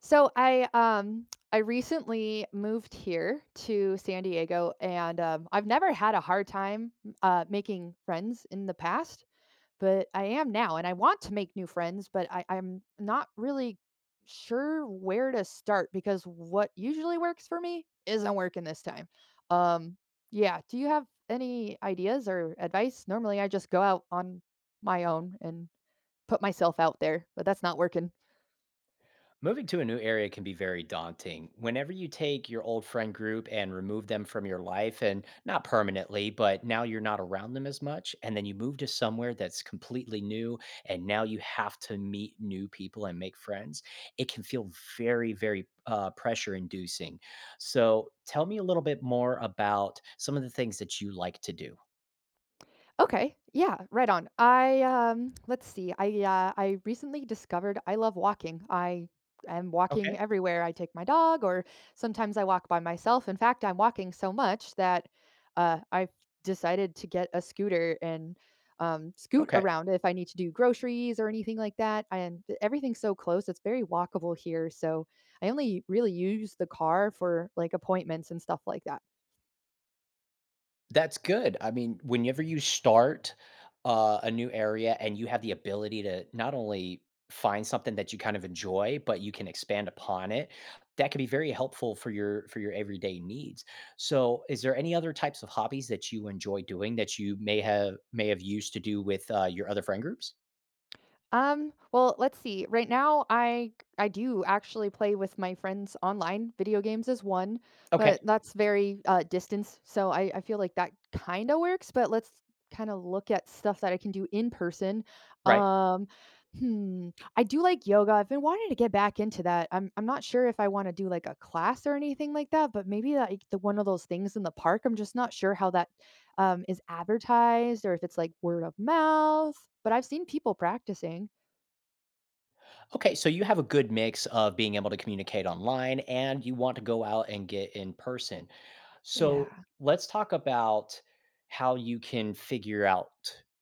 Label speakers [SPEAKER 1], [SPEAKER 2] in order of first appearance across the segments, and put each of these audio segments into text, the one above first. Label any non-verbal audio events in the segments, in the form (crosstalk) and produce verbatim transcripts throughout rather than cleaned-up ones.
[SPEAKER 1] So I um I recently moved here to San Diego and um, I've never had a hard time uh, making friends in the past, but I am now and I want to make new friends, but I, I'm not really sure where to start because what usually works for me isn't working this time. Um yeah, do you have any ideas or advice? Normally I just go out on my own and put myself out there, but that's not working.
[SPEAKER 2] Moving to a new area can be very daunting. Whenever you take your old friend group and remove them from your life, and not permanently, but now you're not around them as much, and then you move to somewhere that's completely new, and now you have to meet new people and make friends, it can feel very, very uh, pressure inducing. So, tell me a little bit more about some of the things that you like to do.
[SPEAKER 1] Okay. Yeah, right on. I um let's see. I uh I recently discovered I love walking. I am walking
[SPEAKER 2] Okay.
[SPEAKER 1] everywhere. I take my dog or sometimes I walk by myself. In fact, I'm walking so much that uh I've decided to get a scooter and um scoot
[SPEAKER 2] Okay.
[SPEAKER 1] around if I need to do groceries or anything like that. And th- everything's so close. It's very walkable here, so I only really use the car for like appointments and stuff like that.
[SPEAKER 2] That's good. I mean, whenever you start uh, a new area and you have the ability to not only find something that you kind of enjoy, but you can expand upon it, that can be very helpful for your for your everyday needs. So, is there any other types of hobbies that you enjoy doing that you may have may have used to do with uh, your other friend groups?
[SPEAKER 1] Um, well, let's see. Right now, I I do actually play with my friends online. Video games is one,
[SPEAKER 2] Okay,
[SPEAKER 1] but that's very uh, distance. So I, I feel like that kind of works. But let's kind of look at stuff that I can do in person.
[SPEAKER 2] right.
[SPEAKER 1] Um, hmm. I do like yoga. I've been wanting to get back into that. I'm I'm not sure if I want to do like a class or anything like that, but maybe like the one of those things in the park. I'm just not sure how that um is advertised or if it's like word of mouth. But I've seen people practicing.
[SPEAKER 2] Okay, so you have a good mix of being able to communicate online and you want to go out and get in person. So
[SPEAKER 1] Yeah.
[SPEAKER 2] let's talk about how you can figure out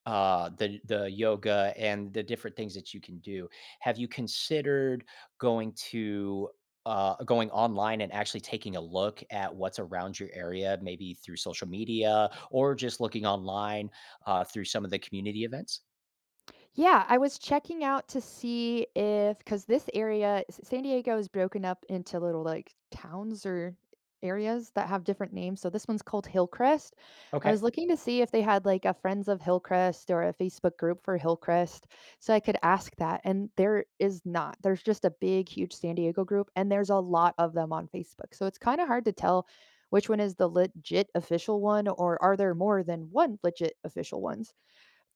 [SPEAKER 2] uh, the the yoga and the different things that you can do. Have you considered going to uh, going online and actually taking a look at what's around your area, maybe through social media or just looking online uh, through some of the community events?
[SPEAKER 1] Yeah, I was checking out to see if, cause this area S San Diego is broken up into little, like, towns or areas that have different names, so this one's called Hillcrest. I
[SPEAKER 2] Okay.
[SPEAKER 1] was looking to see if they had, like, a Friends of Hillcrest or a Facebook group for Hillcrest, so I could ask that, and there is not. There's just a big, huge San Diego group, and there's a lot of them on Facebook, so it's kinda hard to tell which one is the legit official one, or are there more than one legit official ones?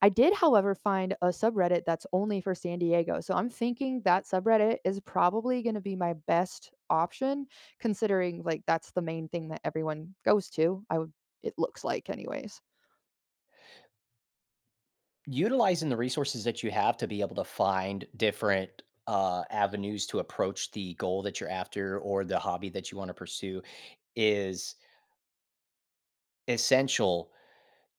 [SPEAKER 1] I did, however, find a subreddit that's only for San Diego, so I'm thinking that subreddit is probably gonna be my best option considering, like, that's the main thing that everyone goes to, I would it looks like anyways.
[SPEAKER 2] Utilizing the resources that you have to be able to find different uh, avenues to approach the goal that you're after or the hobby that you want to pursue is essential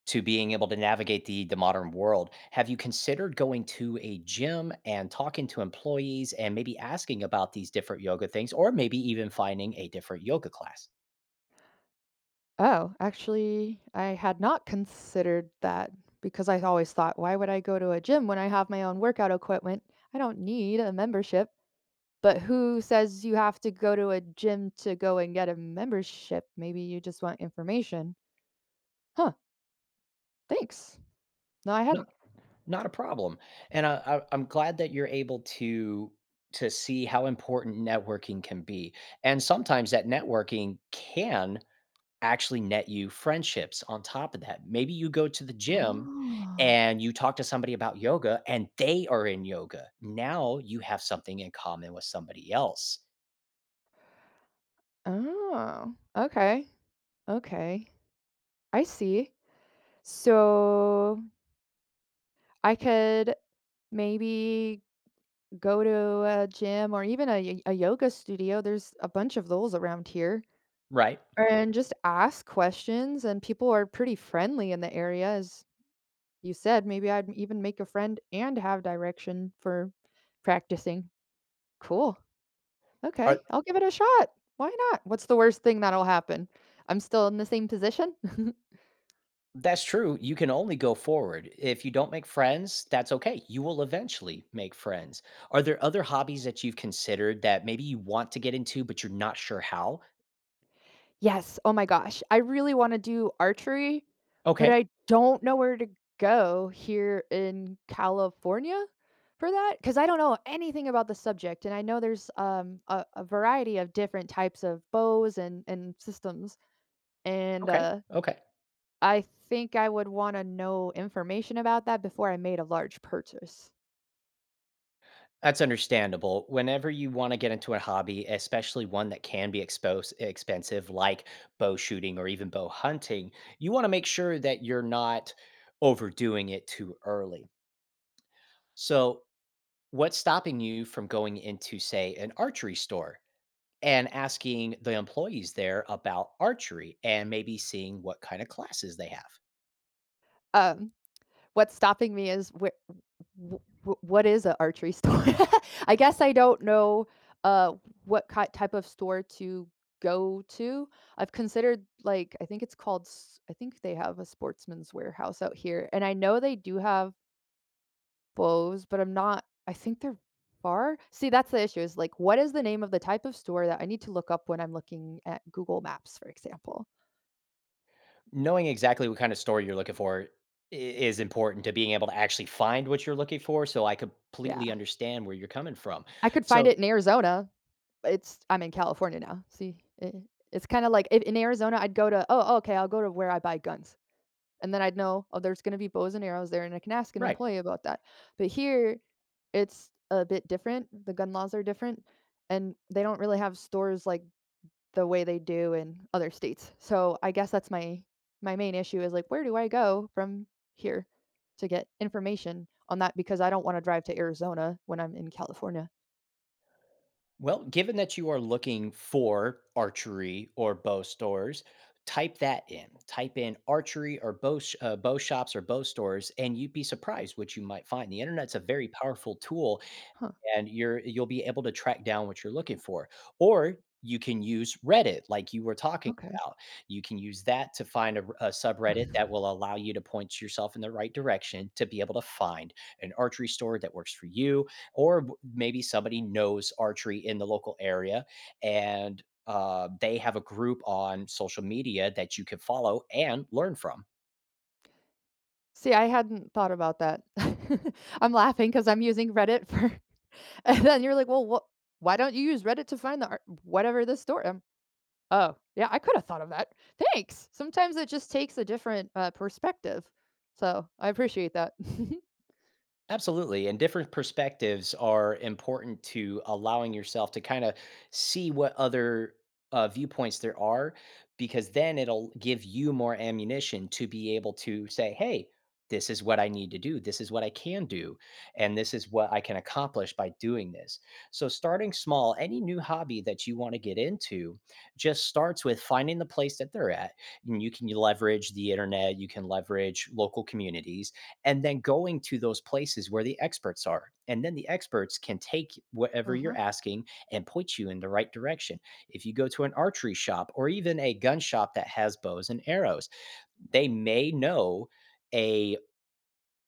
[SPEAKER 2] to being able to navigate the the modern world. Have you considered going to a gym and talking to employees and maybe asking about these different yoga things or maybe even finding a different yoga class?
[SPEAKER 1] Oh, actually, I had not considered that because I always thought, "Why would I go to a gym when I have my own workout equipment? I don't need a membership." But who says you have to go to a gym to go and get a membership? Maybe you just want information. Huh, thanks. No, I hadn't.
[SPEAKER 2] Not a problem, and I I I'm glad that you're able to to see how important networking can be, and sometimes that networking can actually net you friendships on top of that. Maybe you go to the gym
[SPEAKER 1] Oh.
[SPEAKER 2] and you talk to somebody about yoga and they are in yoga. Now you have something in common with somebody else,
[SPEAKER 1] Oh, okay, okay. I see. So I could maybe go to a gym or even a y a yoga studio, there's a bunch of those around here,
[SPEAKER 2] right?
[SPEAKER 1] and just ask questions, and people are pretty friendly in the area, as you said, maybe I'd even make a friend and have direction for practicing. Cool, okay, I'll give it a shot. Why not? What's the worst thing that'll happen? I'm still in the same position? (laughs)
[SPEAKER 2] That's true. You can only go forward. If you don't make friends, that's okay. You will eventually make friends. Are there other hobbies that you've considered that maybe you want to get into, but you're not sure how?
[SPEAKER 1] Yes, oh my gosh. I really wanna do archery, but
[SPEAKER 2] Okay.
[SPEAKER 1] I don't know where to go here in California for that because I don't know anything about the subject, and I know there's, um, a a variety of different types of bows and and systems, and,
[SPEAKER 2] Okay.
[SPEAKER 1] uh,
[SPEAKER 2] Okay.
[SPEAKER 1] I think I would wanna know information about that before I made a large purchase.
[SPEAKER 2] That's understandable. Whenever you want to get into a hobby, especially one that can be exposed expensive, like bow shooting or even bow hunting, you want to make sure that you're not overdoing it too early. So, what's stopping you from going into, say, an archery store, and asking the employees there about archery and maybe seeing what kind of classes they have?
[SPEAKER 1] Um, what's stopping me is where. W w what is an archery store? (laughs) I guess I don't know, uh, what ki type of store to go to. I've considered, like, I think it's called s I think they have a Sportsman's Warehouse out here, and I know they do have bows, but I'm not I think they're far? See, that's the issue is, like, what is the name of the type of store that I need to look up when I'm looking at Google Maps, for example?
[SPEAKER 2] Knowing exactly what kind of story you're looking for i- is important to being able to actually find what you're looking for. So I
[SPEAKER 1] Yeah.
[SPEAKER 2] completely understand where you're coming from.
[SPEAKER 1] I could find
[SPEAKER 2] So,
[SPEAKER 1] it in Arizona. It's I'm in California now. See, it, it's kind of like if in Arizona, I'd go to, oh, okay, I'll go to where I buy guns. And then I'd know, oh, there's going to be bows and arrows there, and I can ask an
[SPEAKER 2] right.
[SPEAKER 1] employee about that. But here, it's a bit different. The gun laws are different, and they don't really have stores like the way they do in other states. So I guess that's my my main issue is like, where do I go from here to get information on that? Because I don't want to drive to Arizona when I'm in California.
[SPEAKER 2] Well, given that you are looking for archery or bow stores, type that in. Type in archery or bow, sh- uh, bow shops or bow stores, and you'd be surprised what you might find. The internet's a very powerful tool,
[SPEAKER 1] Huh.
[SPEAKER 2] and you're you'll be able to track down what you're looking for. Or you can use Reddit, like you were talking
[SPEAKER 1] Okay.
[SPEAKER 2] about. You can use that to find a a subreddit that will allow you to point yourself in the right direction to be able to find an archery store that works for you, or w- maybe somebody knows archery in the local area and uh, they have a group on social media that you can follow and learn from.
[SPEAKER 1] See, I hadn't thought about that. (laughs) I'm laughing because 'cause I'm using Reddit for (laughs) and then you're like, "Well, what why don't you use Reddit to find the ar whatever this story?" Um, "Oh, yeah, I could have thought of that. Thanks." Sometimes it just takes a different, uh, perspective. So, I appreciate that. (laughs)
[SPEAKER 2] Absolutely. And different perspectives are important to allowing yourself to kind of see what other uh, viewpoints there are, because then it'll give you more ammunition to be able to say, hey, this is what I need to do. This is what I can do. And this is what I can accomplish by doing this. So, starting small, any new hobby that you want to get into just starts with finding the place that they're at. And you can leverage the internet, you can leverage local communities and then going to those places where the experts are. And then the experts can take whatever
[SPEAKER 1] Uh-huh.
[SPEAKER 2] you're asking and point you in the right direction. If you go to an archery shop or even a gun shop that has bows and arrows, they may know a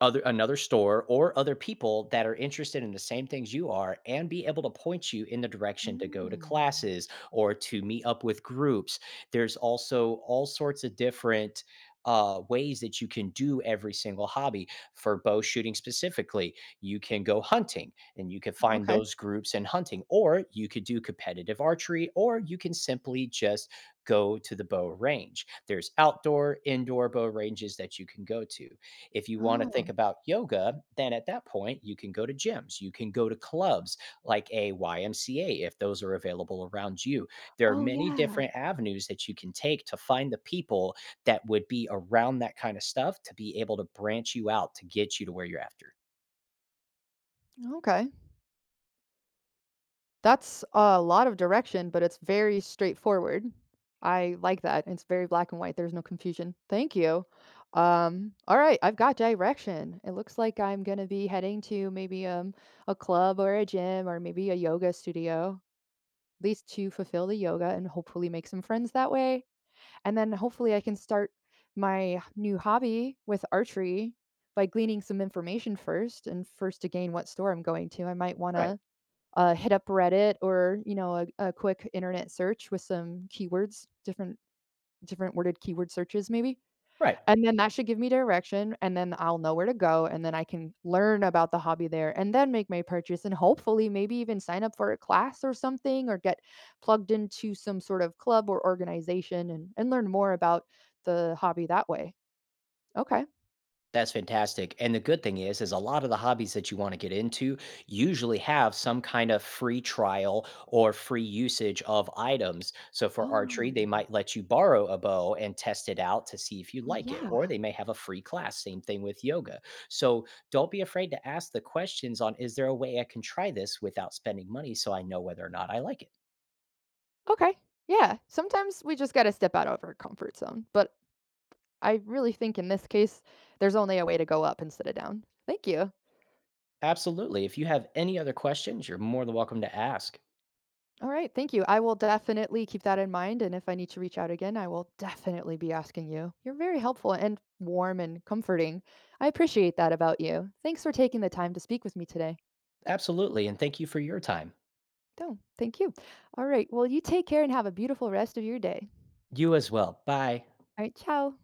[SPEAKER 2] other another store or other people that are interested in the same things you are and be able to point you in the direction to go to
[SPEAKER 1] Mm.
[SPEAKER 2] classes or to meet up with groups. There's also all sorts of different uh, ways that you can do every single hobby. For bow shooting specifically, you can go hunting and you can find
[SPEAKER 1] Okay.
[SPEAKER 2] those groups in hunting, or you could do competitive archery, or you can simply just go to the bow range. There's outdoor indoor bow ranges that you can go to. If you want to think
[SPEAKER 1] Oh.
[SPEAKER 2] about yoga, then at that point, you can go to gyms, you can go to clubs like a Y M C A if those are available around you. There are
[SPEAKER 1] Oh,
[SPEAKER 2] many
[SPEAKER 1] yeah.
[SPEAKER 2] different avenues that you can take to find the people that would be around that kind of stuff to be able to branch you out to get you to where you're after.
[SPEAKER 1] Okay. That's a lot of direction, but it's very straightforward. I like that. It's very black and white. There's no confusion. Thank you. Um, all right, I've got direction. It looks like I'm gonna be heading to maybe um a club or a gym or maybe a yoga studio, at least to fulfill the yoga and hopefully make some friends that way. And then hopefully I can start my new hobby with archery by gleaning some information first and first to gain what store I'm going to. I might
[SPEAKER 2] Right,
[SPEAKER 1] wanna uh, hit up Reddit or, you know, a, a quick internet search with some keywords, different different worded keyword searches maybe,
[SPEAKER 2] right.
[SPEAKER 1] and then that should give me direction, and then I'll know where to go, and then I can learn about the hobby there, and then make my purchase, and hopefully maybe even sign up for a class or something, or get plugged into some sort of club or organization and and learn more about the hobby that way. Okay.
[SPEAKER 2] That's fantastic. And the good thing is is a lot of the hobbies that you wanna get into usually have some kind of free trial or free usage of items. So for archery, they
[SPEAKER 1] Oh,
[SPEAKER 2] might let you borrow a bow and test it out to see if you like it, or
[SPEAKER 1] yeah.
[SPEAKER 2] they may have a free class, same thing with yoga. So don't be afraid to ask the questions on, "Is there a way I can try this without spending money so I know whether or not I like it?"
[SPEAKER 1] Okay. Yeah. Sometimes we just gotta step out of our comfort zone, but I really think in this case, there's only a way to go up instead of down. Thank you.
[SPEAKER 2] Absolutely. If you have any other questions, you're more than welcome to ask.
[SPEAKER 1] All right. Thank you. I will definitely keep that in mind. And if I need to reach out again, I will definitely be asking you. You're very helpful and warm and comforting. I appreciate that about you. Thanks for taking the time to speak with me today.
[SPEAKER 2] Absolutely, and thank you for your time.
[SPEAKER 1] No, thank you. All right. Well, you take care and have a beautiful rest of your day.
[SPEAKER 2] You as well. Bye.
[SPEAKER 1] All right. Ciao.